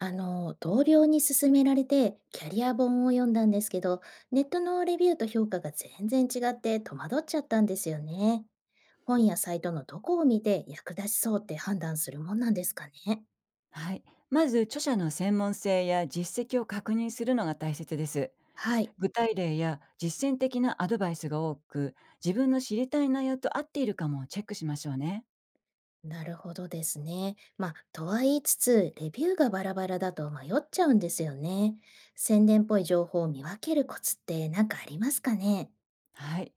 同僚に勧められてキャリア本を読んだんですけど、ネットのレビューと評価が全然違って戸惑っちゃったんですよね。本やサイトのどこを見て役立ちそうって判断するもんなんですかね。はい。まず、著者の専門性や実績を確認するのが大切です。はい。具体例や実践的なアドバイスが多く、自分の知りたい内容と合っているかもチェックしましょうね。なるほどですね。まあ、とは言いつつ、レビューがバラバラだと迷っちゃうんですよね。宣伝っぽい情報を見分けるコツって何かありますかね？はい。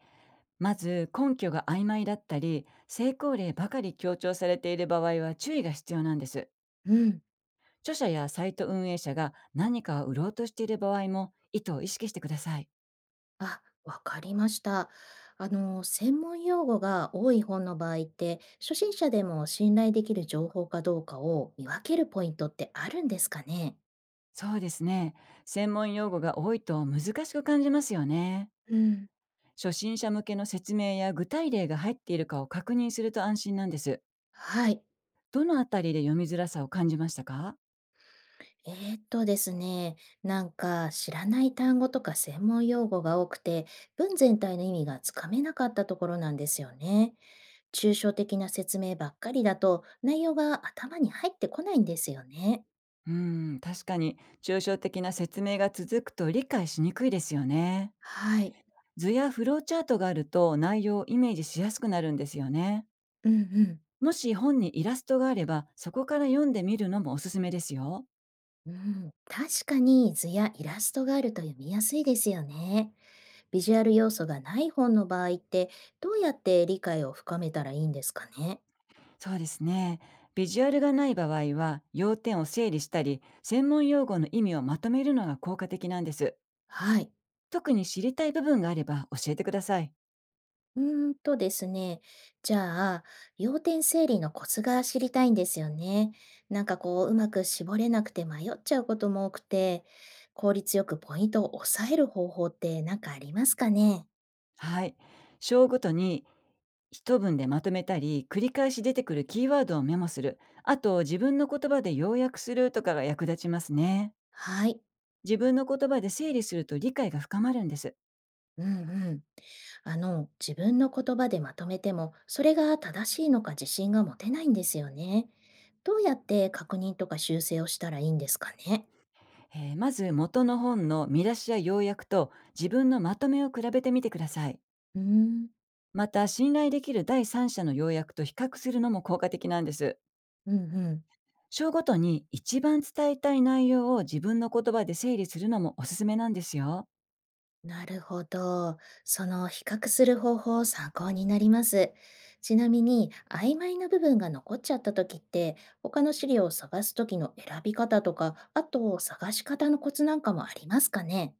まず、根拠が曖昧だったり、成功例ばかり強調されている場合は注意が必要なんです。うん。著者やサイト運営者が何かを売ろうとしている場合も、意図を意識してください。あ、わかりました。専門用語が多い本の場合って、初心者でも信頼できる情報かどうかを見分けるポイントってあるんですかね？そうですね。専門用語が多いと難しく感じますよね。うん、初心者向けの説明や具体例が入っているかを確認すると安心なんです。はい。どのあたりで読みづらさを感じましたか？ですね、なんか知らない単語とか専門用語が多くて、文全体の意味がつかめなかったところなんですよね。抽象的な説明ばっかりだと、内容が頭に入ってこないんですよね。うーん、確かに抽象的な説明が続くと理解しにくいですよね。はい、図やフローチャートがあると内容をイメージしやすくなるんですよね。うんうん。もし本にイラストがあればそこから読んでみるのもおすすめですよ。うん、確かに図やイラストがあると読みやすいですよね。ビジュアル要素がない本の場合ってどうやって理解を深めたらいいんですかね？そうですね。ビジュアルがない場合は、要点を整理したり専門用語の意味をまとめるのが効果的なんです。はい。特に知りたい部分があれば教えてください。うーんとですね。じゃあ、要点整理のコツが知りたいんですよね。なんかこう、うまく絞れなくて迷っちゃうことも多くて、効率よくポイントを抑える方法って何かありますかね？はい。章ごとに一文でまとめたり、繰り返し出てくるキーワードをメモする、あと自分の言葉で要約するとかが役立ちますね。はい。自分の言葉で整理すると理解が深まるんです。うんうん。自分の言葉でまとめても、それが正しいのか自信が持てないんですよね。どうやって確認とか修正をしたらいいんですかね。まず、元の本の見出しや要約と自分のまとめを比べてみてください。うーんまた、信頼できる第三者の要約と比較するのも効果的なんです。うんうん。章ごとに一番伝えたい内容を自分の言葉で整理するのもおすすめなんですよ。なるほど。その比較する方法参考になります。ちなみに、曖昧な部分が残っちゃった時って、他の資料を探す時の選び方とか、あと探し方のコツなんかもありますかね。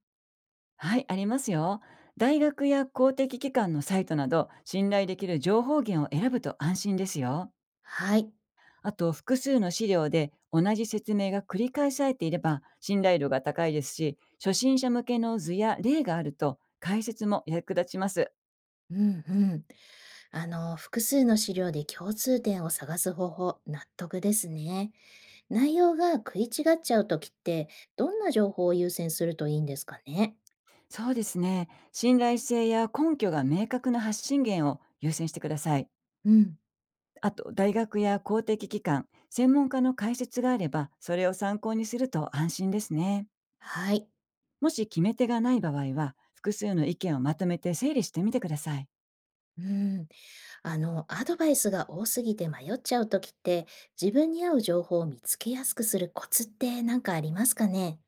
はい、ありますよ。大学や公的機関のサイトなど、信頼できる情報源を選ぶと安心ですよ。はい。あと、複数の資料で同じ説明が繰り返されていれば信頼度が高いですし、初心者向けの図や例があると解説も役立ちます。うんうん。複数の資料で共通点を探す方法、納得ですね。内容が食い違っちゃうときって、どんな情報を優先するといいんですかね？そうですね。信頼性や根拠が明確な発信源を優先してください。うん。あと、大学や公的機関、専門家の解説があれば、それを参考にすると安心ですね。はい。もし決め手がない場合は、複数の意見をまとめて整理してみてください。うん。アドバイスが多すぎて迷っちゃうときって、自分に合う情報を見つけやすくするコツって何かありますかね？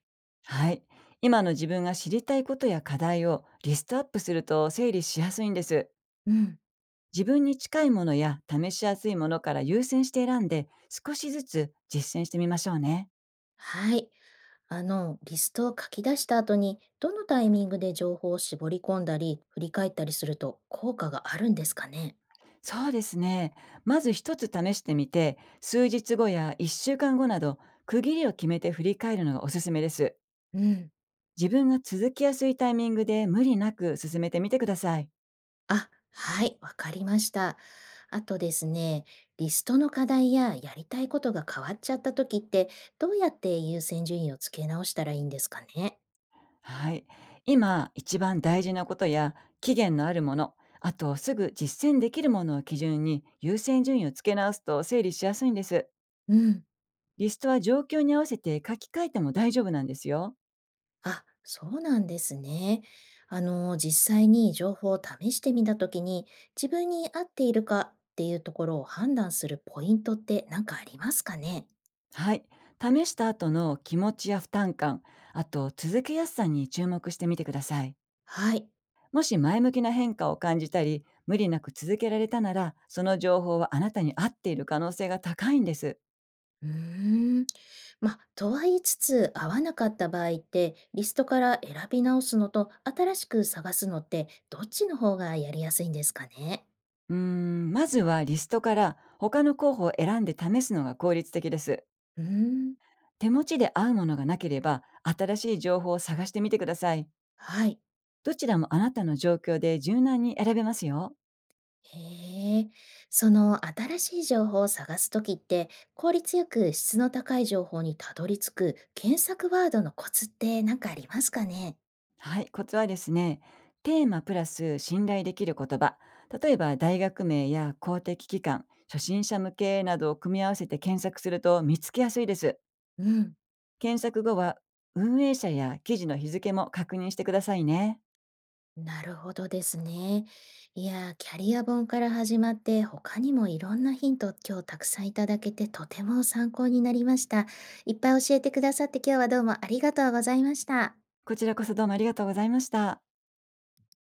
はい。今の自分が知りたいことや課題をリストアップすると整理しやすいんです。うん。自分に近いものや試しやすいものから優先して選んで、少しずつ実践してみましょうね。はい。リストを書き出した後に、どのタイミングで情報を絞り込んだり、振り返ったりすると効果があるんですかね？そうですね。まず一つ試してみて、数日後や1週間後など、区切りを決めて振り返るのがおすすめです。うん、自分が続きやすいタイミングで無理なく進めてみてください。あ、はい、わかりました。あとですね、リストの課題ややりたいことが変わっちゃった時って、どうやって優先順位をつけ直したらいいんですかね？はい。今、一番大事なことや、期限のあるもの、あとすぐ実践できるものを基準に優先順位をつけ直すと整理しやすいんです。うん。リストは状況に合わせて書き換えても大丈夫なんですよ。あ、そうなんですね。実際に情報を試してみたときに、自分に合っているかっていうところを判断するポイントって何かありますかね？はい。試した後の気持ちや負担感、あと続けやすさに注目してみてください。はい。もし前向きな変化を感じたり、無理なく続けられたなら、その情報はあなたに合っている可能性が高いんです。うーん。まあ、とは言いつつ、合わなかった場合って、リストから選び直すのと、新しく探すのって、どっちの方がやりやすいんですかね？うーん、まずはリストから他の候補を選んで試すのが効率的です。うーん。手持ちで合うものがなければ、新しい情報を探してみてください。はい。どちらもあなたの状況で柔軟に選べますよ。へえ、その新しい情報を探すときって、効率よく質の高い情報にたどり着く検索ワードのコツって何かありますかね？はい、コツはですね、テーマプラス信頼できる言葉、例えば大学名や公的機関、初心者向けなどを組み合わせて検索すると見つけやすいです。うん、検索後は、運営者や記事の日付も確認してくださいね。なるほどですね。いやー、キャリア本から始まって、他にもいろんなヒント今日たくさんいただけてとても参考になりました。いっぱい教えてくださって今日はどうもありがとうございました。こちらこそ、どうもありがとうございました。